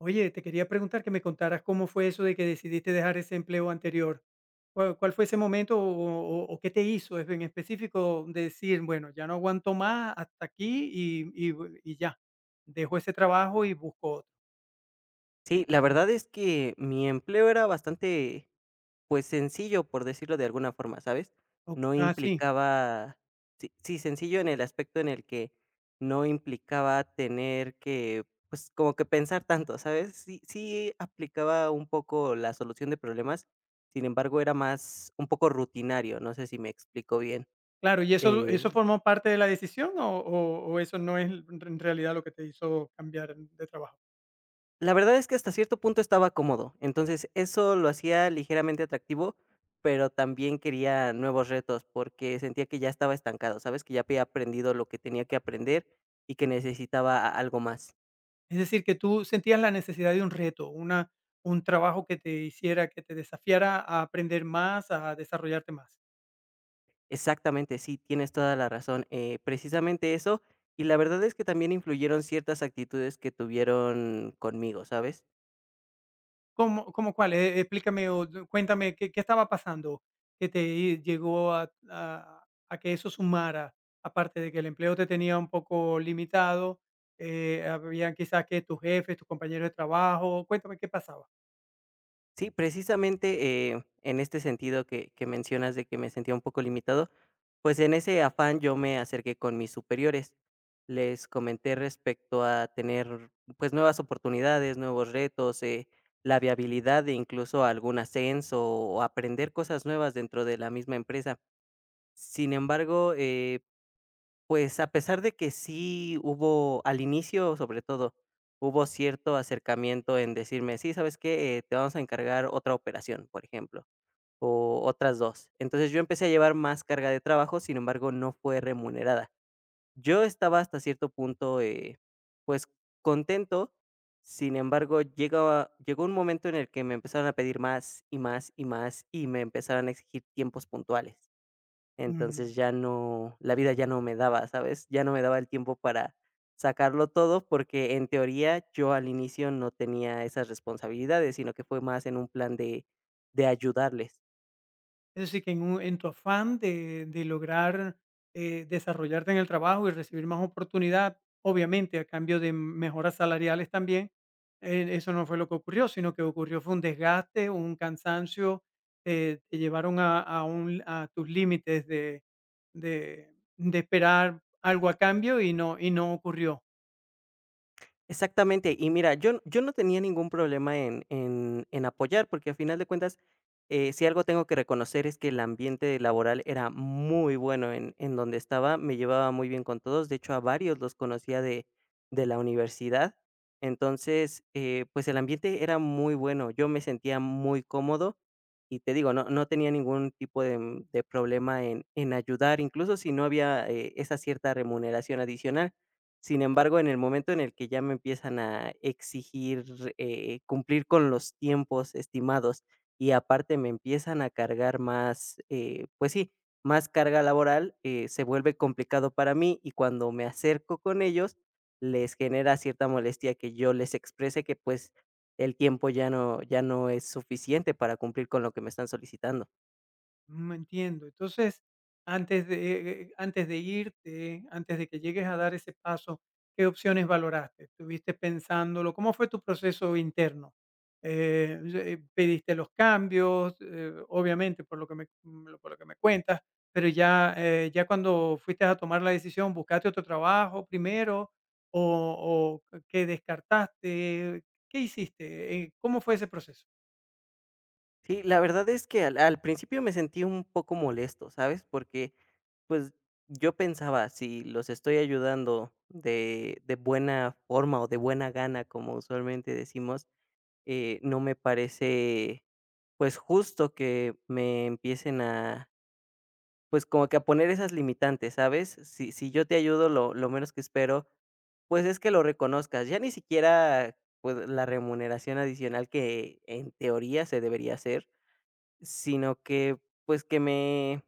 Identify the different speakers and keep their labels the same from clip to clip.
Speaker 1: Oye, te quería preguntar que me contaras cómo fue eso de que decidiste dejar ese empleo anterior. ¿Cuál fue ese momento o qué te hizo en específico decir, bueno, ya no aguanto más hasta aquí y ya, dejo ese trabajo y busco otro?
Speaker 2: Sí, la verdad es que mi empleo era bastante, pues, sencillo, por decirlo de alguna forma, ¿sabes? No
Speaker 1: Ah, sí,
Speaker 2: implicaba sí, sí, sencillo en el aspecto en el que no implicaba tener que, pues, como que pensar tanto, ¿sabes? Sí aplicaba un poco la solución de problemas, sin embargo, era más un poco rutinario, no sé si me explico bien.
Speaker 1: claro. ¿Y eso,
Speaker 2: Eh
Speaker 1: eso formó parte de la decisión o eso no es en realidad lo que te hizo cambiar de trabajo?
Speaker 2: La verdad es que hasta cierto punto estaba cómodo, entonces eso lo hacía ligeramente atractivo, pero también quería nuevos retos porque sentía que ya estaba estancado, ¿sabes? Que ya había aprendido lo que tenía que aprender y que algo más.
Speaker 1: Es decir, que tú sentías la necesidad de un reto, un trabajo que te hiciera, que te desafiara a aprender más, a desarrollarte más.
Speaker 2: Exactamente, sí, tienes toda la razón. Precisamente eso, y la verdad es que también influyeron ciertas actitudes que tuvieron conmigo, ¿sabes?
Speaker 1: ¿Cómo cuál? Explícame o cuéntame, ¿qué estaba pasando que te llegó a que eso sumara? Aparte de que el empleo te tenía un poco limitado, habían quizás que tus jefes, tus compañeros de trabajo, cuéntame qué pasaba.
Speaker 2: Sí, precisamente, en este sentido que mencionas de que me sentía un poco limitado, pues, en ese afán yo me acerqué con mis superiores. Les comenté respecto a tener, pues, nuevas oportunidades, nuevos retos, la viabilidad de incluso algún ascenso o aprender cosas nuevas dentro de la misma empresa. Sin embargo, pues, a pesar de que sí hubo al inicio, sobre todo, hubo cierto acercamiento en decirme: "Sí, ¿sabes qué? Te vamos a encargar otra operación", por ejemplo, o otras 2. Entonces, yo empecé a llevar más carga de trabajo, sin embargo, no fue remunerada. Yo estaba hasta cierto punto, pues, contento, sin embargo, llegaba llegó un momento en el que me empezaron a pedir más, y más, y más, y me empezaron a exigir tiempos puntuales. Entonces
Speaker 1: Ujú.
Speaker 2: la vida ya no me daba, ¿sabes? Ya no me daba el tiempo para sacarlo todo, porque en teoría yo al inicio no tenía esas responsabilidades, sino que fue más en un plan de ayudarles.
Speaker 1: Es decir, que en tu afán de lograr, desarrollarte en el trabajo y recibir más oportunidad, obviamente a cambio de mejoras salariales también. Eso no fue lo que ocurrió, sino que ocurrió fue un desgaste, un cansancio. Te llevaron a tus límites de esperar algo a cambio y no ocurrió.
Speaker 2: Exactamente. Y mira, yo no tenía ningún problema en apoyar, porque a final de cuentas, si algo tengo que reconocer es que el ambiente laboral era muy bueno en donde estaba, me llevaba muy bien con todos, de hecho a varios los conocía de la universidad, entonces, pues el ambiente era muy bueno, yo me sentía muy cómodo y te digo, no, no tenía ningún tipo de, de problema en ayudar, incluso si no había esa cierta remuneración adicional. Sin embargo, en el momento en el que ya me empiezan a exigir, cumplir con los tiempos estimados y aparte me empiezan a cargar más, pues sí, más carga laboral, se vuelve complicado para mí, y cuando me acerco con ellos, les genera cierta molestia que yo les exprese que pues el tiempo ya no, ya no es suficiente para cumplir con lo que me están solicitando.
Speaker 1: Mm, entiendo. Entonces, antes de irte, antes de que llegues a dar ese paso, ¿qué opciones valoraste? ¿Estuviste pensándolo? ¿Cómo fue tu proceso interno? ¿Pediste los cambios? Obviamente, por lo que me, mm, por lo que me cuentas, pero ya cuando fuiste a tomar la decisión, ¿buscaste otro trabajo primero? ¿O qué descartaste? ¿Qué hiciste? ¿Cómo fue ese proceso?
Speaker 2: Sí, la verdad es que al principio me sentí un poco molesto, ¿sabes? Porque, pues, yo pensaba, si los estoy ayudando de buena forma o de buena gana, como usualmente decimos, no me parece, pues, justo que me empiecen a, pues, como que a poner esas limitantes, ¿sabes? Si yo te ayudo, lo menos que espero, pues, es que lo reconozcas. Ya ni siquiera, pues, la remuneración adicional que en teoría se debería hacer. Sino que, pues, que me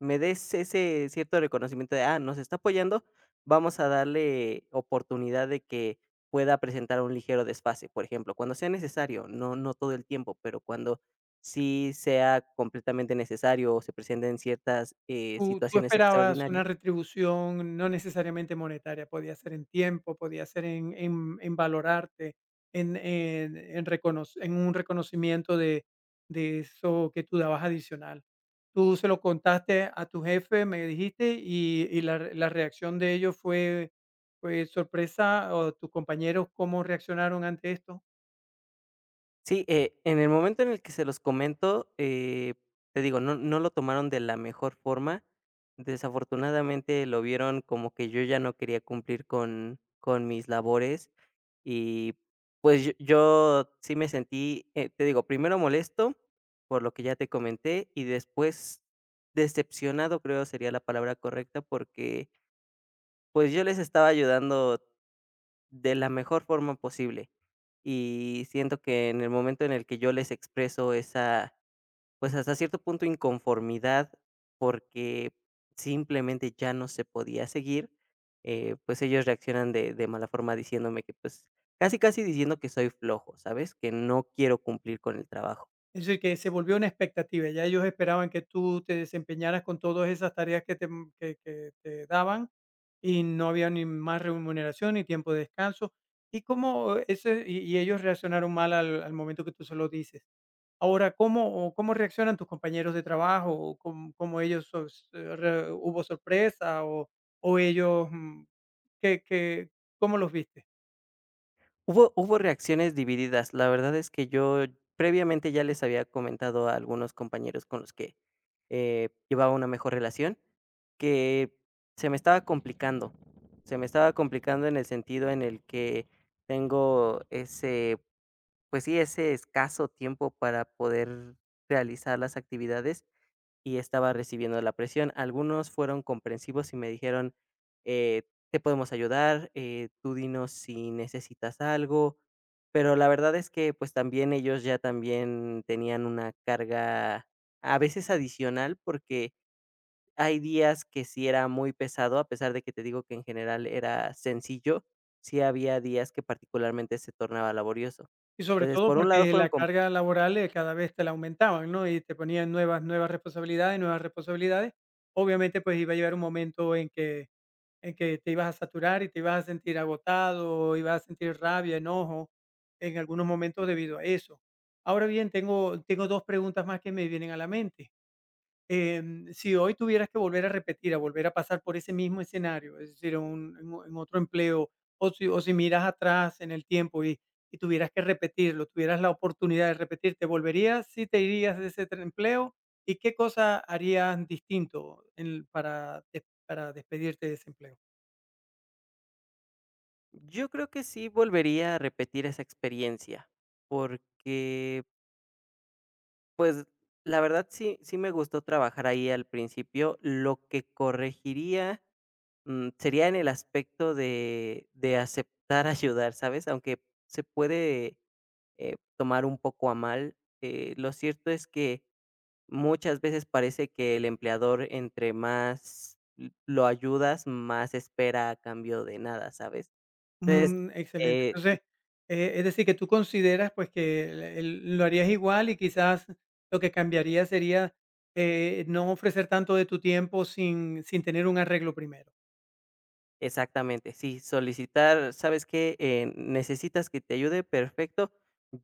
Speaker 2: me des ese cierto reconocimiento de, ah, nos está apoyando, vamos a darle oportunidad de que pueda presentar un ligero desfase, por ejemplo, cuando sea necesario, no no todo el tiempo, pero cuando sí sea completamente necesario o se presenten ciertas,
Speaker 1: Tú
Speaker 2: situaciones
Speaker 1: esperabas
Speaker 2: extraordinarias.
Speaker 1: una retribución no necesariamente monetaria, podía ser en tiempo, podía ser en valorarte, en reconoc en un reconocimiento de eso que tú dabas adicional. Tú se lo contaste a tu jefe, me dijiste, y la reacción de ellos fue sorpresa, o, ¿tus compañeros cómo reaccionaron ante esto?
Speaker 2: Sí, en el momento en el que se los comento, te digo, no no lo tomaron de la mejor forma. Desafortunadamente, lo vieron como que yo ya no quería cumplir con mis labores y, pues, yo sí me sentí, te digo, primero molesto por lo que ya te comenté y después decepcionado, creo sería la palabra correcta, porque, pues, yo les estaba ayudando de la mejor forma posible. Y siento que en el momento en el que yo les expreso esa, pues, hasta cierto punto, inconformidad, porque simplemente ya no se podía seguir, pues, ellos reaccionan de mala forma diciéndome que, pues, casi, casi diciendo que soy flojo, ¿sabes? Que no quiero cumplir con el trabajo.
Speaker 1: Es decir, que se volvió una expectativa. Ya ellos esperaban que tú te desempeñaras con todas esas tareas que te daban, y no había ni más remuneración ni tiempo de descanso. ¿Y ellos reaccionaron mal al momento que tú se lo dices? Ahora, ¿cómo reaccionan tus compañeros de trabajo? ¿O ¿Cómo, cómo ellos so- re- ¿Hubo sorpresa o ellos, mm, qué- qué- cómo los viste?
Speaker 2: Hubo reacciones divididas. La verdad es que yo previamente ya les había comentado a algunos compañeros con los que, llevaba una mejor relación, que se me estaba complicando. Se me estaba complicando en el sentido en el que tengo ese, pues sí, ese escaso tiempo para poder realizar las actividades y estaba recibiendo la presión. Algunos fueron comprensivos y me dijeron, eh, te podemos ayudar, tú dinos si necesitas algo, pero la verdad es que pues también ellos ya también tenían una carga a veces adicional porque hay días que sí era muy pesado, a pesar de que te digo que en general era sencillo, sí había días que particularmente se tornaba laborioso.
Speaker 1: Y sobre
Speaker 2: Entonces,
Speaker 1: todo
Speaker 2: por un lado
Speaker 1: porque
Speaker 2: fueron.
Speaker 1: la carga laboral, cada vez te la aumentaban, ¿no? Y te ponían nuevas responsabilidades, nuevas responsabilidades. Obviamente, pues, iba a llegar un momento en que te ibas a saturar y te ibas a sentir agotado, ibas a sentir rabia, enojo, en algunos momentos debido a eso. Ahora bien, tengo 2 preguntas más que me vienen a la mente. Si hoy tuvieras que volver a repetir, a volver a pasar por ese mismo escenario, es decir, un en o en otro empleo, o si miras atrás en el tiempo y tuvieras que repetirlo, tuvieras la oportunidad de repetir, ¿te volverías? ¿Si te irías de ese tra empleo? ¿Y qué cosa harías distinto en para des para despedirte de ese empleo?
Speaker 2: Yo creo que sí volvería a repetir esa experiencia, porque, pues, la verdad sí, sí me gustó trabajar ahí al principio. Lo que corregiría, mm, sería en el aspecto de aceptar ayudar, ¿sabes? Aunque se puede tomar un poco a mal, lo cierto es que muchas veces parece que el empleador entre más lo ayudas, más espera a cambio de nada, ¿sabes? Entonces,
Speaker 1: Mm, excelente.
Speaker 2: eh.
Speaker 1: Entonces, es decir, que tú consideras, pues, que el lo harías igual, y quizás lo que cambiaría sería, no ofrecer tanto de tu tiempo sin tener un arreglo primero.
Speaker 2: Exactamente, sí, solicitar, ¿sabes qué? ¿Necesitas que te ayude? Perfecto.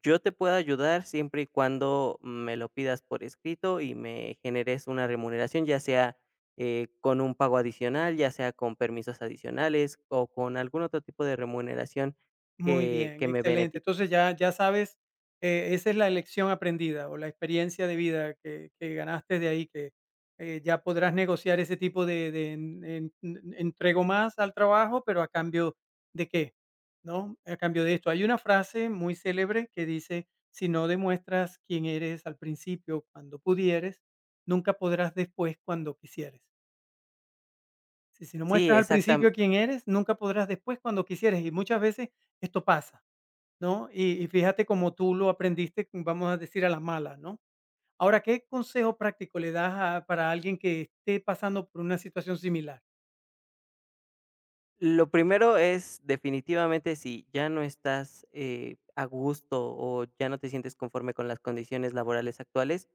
Speaker 2: Yo te puedo ayudar siempre y cuando me lo pidas por escrito y me generes una remuneración, ya sea con un pago adicional, ya sea con permisos adicionales o con algún otro tipo de remuneración
Speaker 1: Muy bien,
Speaker 2: que me beneficie.
Speaker 1: excelente. Entonces ya sabes, esa es la lección aprendida o la experiencia de vida que ganaste de ahí, ya podrás negociar ese tipo de en entrego más al trabajo, pero a cambio de qué, ¿no? A cambio de esto. Hay una frase muy célebre que dice: "Si no demuestras quién eres al principio cuando pudieres, nunca podrás después cuando quisieres". Si no
Speaker 2: Sí,
Speaker 1: muestras al principio
Speaker 2: exactamente.
Speaker 1: quién eres, nunca podrás después cuando quisieres, y muchas veces esto pasa, ¿no? Y, fíjate cómo tú lo aprendiste, vamos a decir, a la mala, ¿no? Ahora, ¿qué consejo práctico le das para alguien que esté pasando por una situación similar?
Speaker 2: Lo primero es definitivamente si ya no estás a gusto o ya no te sientes conforme con las condiciones laborales actuales.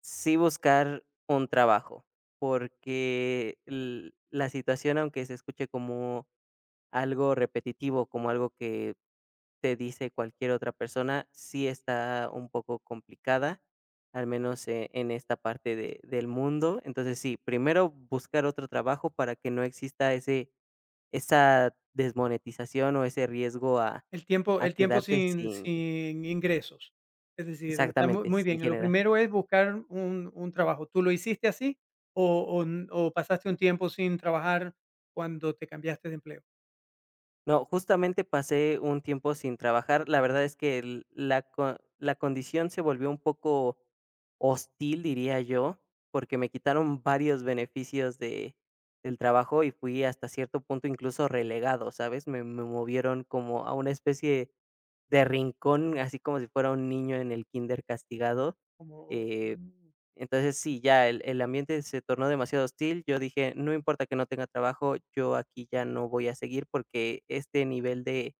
Speaker 2: Sí, buscar un trabajo, porque l la situación, aunque se escuche como algo repetitivo, como algo que te dice cualquier otra persona, sí está un poco complicada, al menos, en esta parte de del mundo. Entonces, sí, primero buscar otro trabajo para que no exista ese esa desmonetización o ese riesgo a
Speaker 1: El tiempo
Speaker 2: quedarte
Speaker 1: sin,
Speaker 2: sin,
Speaker 1: sin ingresos. Es decir, está
Speaker 2: exactamente,
Speaker 1: muy
Speaker 2: sin
Speaker 1: bien. Lo
Speaker 2: generar.
Speaker 1: primero es buscar un trabajo. ¿Tú lo hiciste así o pasaste un tiempo sin trabajar cuando te cambiaste de empleo?
Speaker 2: No, justamente pasé un tiempo sin trabajar. La verdad es que el la co la condición se volvió un poco hostil, diría yo, porque me quitaron varios beneficios de del trabajo y fui hasta cierto punto incluso relegado, ¿sabes? Me movieron como a una especie de rincón, así como si fuera un niño en el kinder castigado,
Speaker 1: Como,
Speaker 2: eh
Speaker 1: mm,
Speaker 2: entonces, sí, ya el ambiente se tornó demasiado hostil. Yo dije: "No importa que no tenga trabajo, yo aquí ya no voy a seguir", porque este nivel de,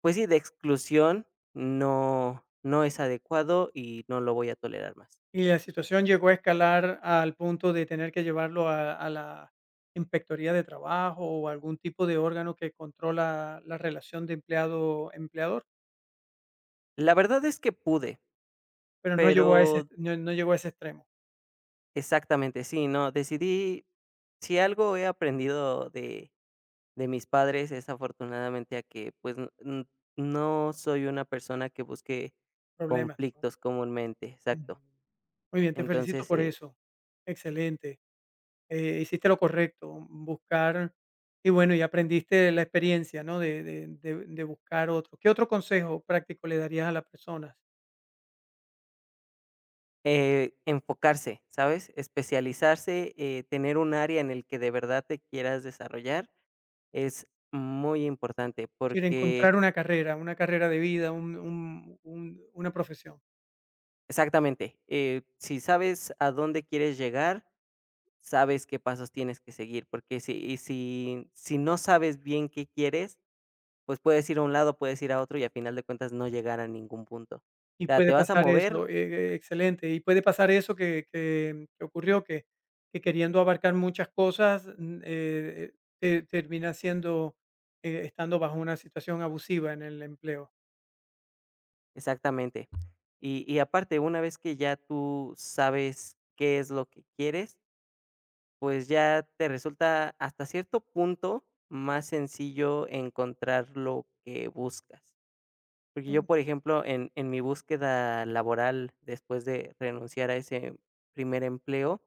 Speaker 2: pues sí, de exclusión no no es adecuado y no lo voy a tolerar más.
Speaker 1: Y la situación llegó a escalar al punto de tener que llevarlo a la inspectoría de trabajo o algún tipo de órgano que controla la relación de empleado-empleador,
Speaker 2: La verdad es que pude,
Speaker 1: pero no llegó a ese
Speaker 2: pero
Speaker 1: no llegó a ese extremo,
Speaker 2: exactamente, sí, no, decidí si algo he aprendido de mis padres es afortunadamente a que, pues, no soy una persona que busque
Speaker 1: problema, ¿no?
Speaker 2: conflictos comúnmente, exacto.
Speaker 1: Ujú. Muy bien, te felicito
Speaker 2: Entonces,
Speaker 1: por eso. Excelente. Hiciste lo correcto, buscar, y bueno, y aprendiste la experiencia, ¿no? De buscar otro. ¿Qué otro consejo práctico le darías a las personas?
Speaker 2: enfocarse, ¿sabes? Especializarse, tener un área en el que de verdad te quieras desarrollar es muy importante,
Speaker 1: Sí, de
Speaker 2: porque
Speaker 1: encontrar una carrera de vida, un una profesión.
Speaker 2: exactamente, si sabes a dónde quieres llegar, sabes qué pasos tienes que seguir, porque si si no sabes bien qué quieres, pues puedes ir a un lado, puedes ir a otro y a final de cuentas no llegar a ningún punto. O
Speaker 1: Y
Speaker 2: sea, te
Speaker 1: puede
Speaker 2: vas a
Speaker 1: pasar
Speaker 2: mover.
Speaker 1: eso, excelente. Y puede pasar eso que ocurrió, que queriendo abarcar muchas cosas, te terminas estando bajo una situación abusiva en el empleo.
Speaker 2: Exactamente. Y aparte, una vez que ya tú sabes qué es lo que quieres, pues ya te resulta hasta cierto punto más sencillo encontrar lo que buscas. Porque yo, por ejemplo, en mi búsqueda laboral, después de renunciar a ese primer empleo,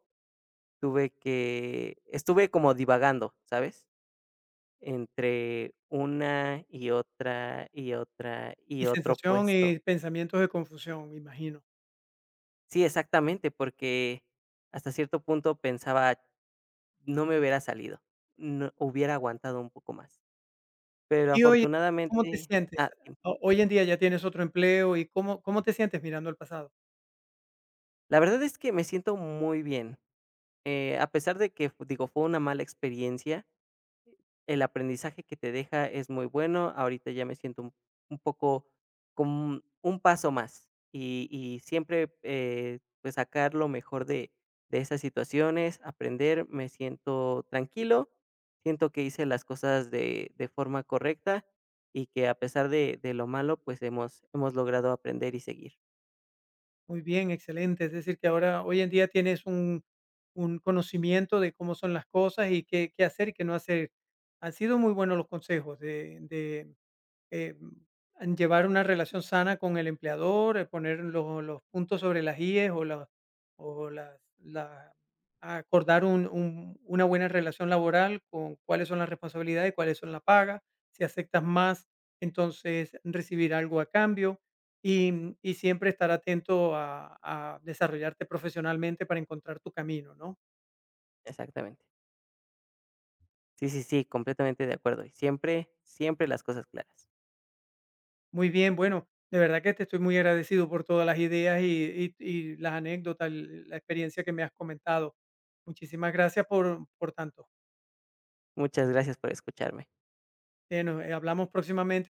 Speaker 2: tuve que estuve como divagando, ¿sabes? Entre una y otra, y otra,
Speaker 1: Y
Speaker 2: y otro
Speaker 1: sensación
Speaker 2: puesto.
Speaker 1: y pensamientos de confusión, me imagino.
Speaker 2: Sí, exactamente, porque hasta cierto punto pensaba, no me hubiera salido, no hubiera aguantado un poco más. Pero
Speaker 1: Y hoy, ¿cómo te
Speaker 2: afortunadamente
Speaker 1: sientes?
Speaker 2: ah, sí.
Speaker 1: Ho hoy en día ya tienes otro empleo, ¿y cómo te sientes mirando al pasado?
Speaker 2: La verdad es que me siento muy bien, a pesar de que, digo, fue una mala experiencia. El aprendizaje que te deja es muy bueno. Ahorita ya me siento un poco como un paso más, y siempre, pues, sacar lo mejor de esas situaciones, aprender. Me siento tranquilo, siento que hice las cosas de forma correcta y que a pesar de lo malo, pues, hemos logrado aprender y seguir.
Speaker 1: Muy bien, excelente. Es decir, que ahora, hoy en día tienes un conocimiento de cómo son las cosas y qué hacer y qué no hacer. Han sido muy buenos los consejos eh, en llevar una relación sana con el empleador. Poner los puntos sobre las IES, o, la- o las- la- acordar una buena relación laboral con cuáles son las responsabilidades, cuáles son la paga. Si aceptas más, entonces recibir algo a cambio, y, y siempre estar atento a desarrollarte profesionalmente para encontrar tu camino, ¿no?
Speaker 2: Exactamente. Sí, sí, sí, completamente de acuerdo, y siempre, siempre las cosas claras.
Speaker 1: Muy bien, bueno, de verdad que te estoy muy agradecido por todas las ideas y las anécdotas, la experiencia que me has comentado. Muchísimas gracias por tanto.
Speaker 2: Muchas gracias por escucharme.
Speaker 1: Bueno, hablamos próximamente.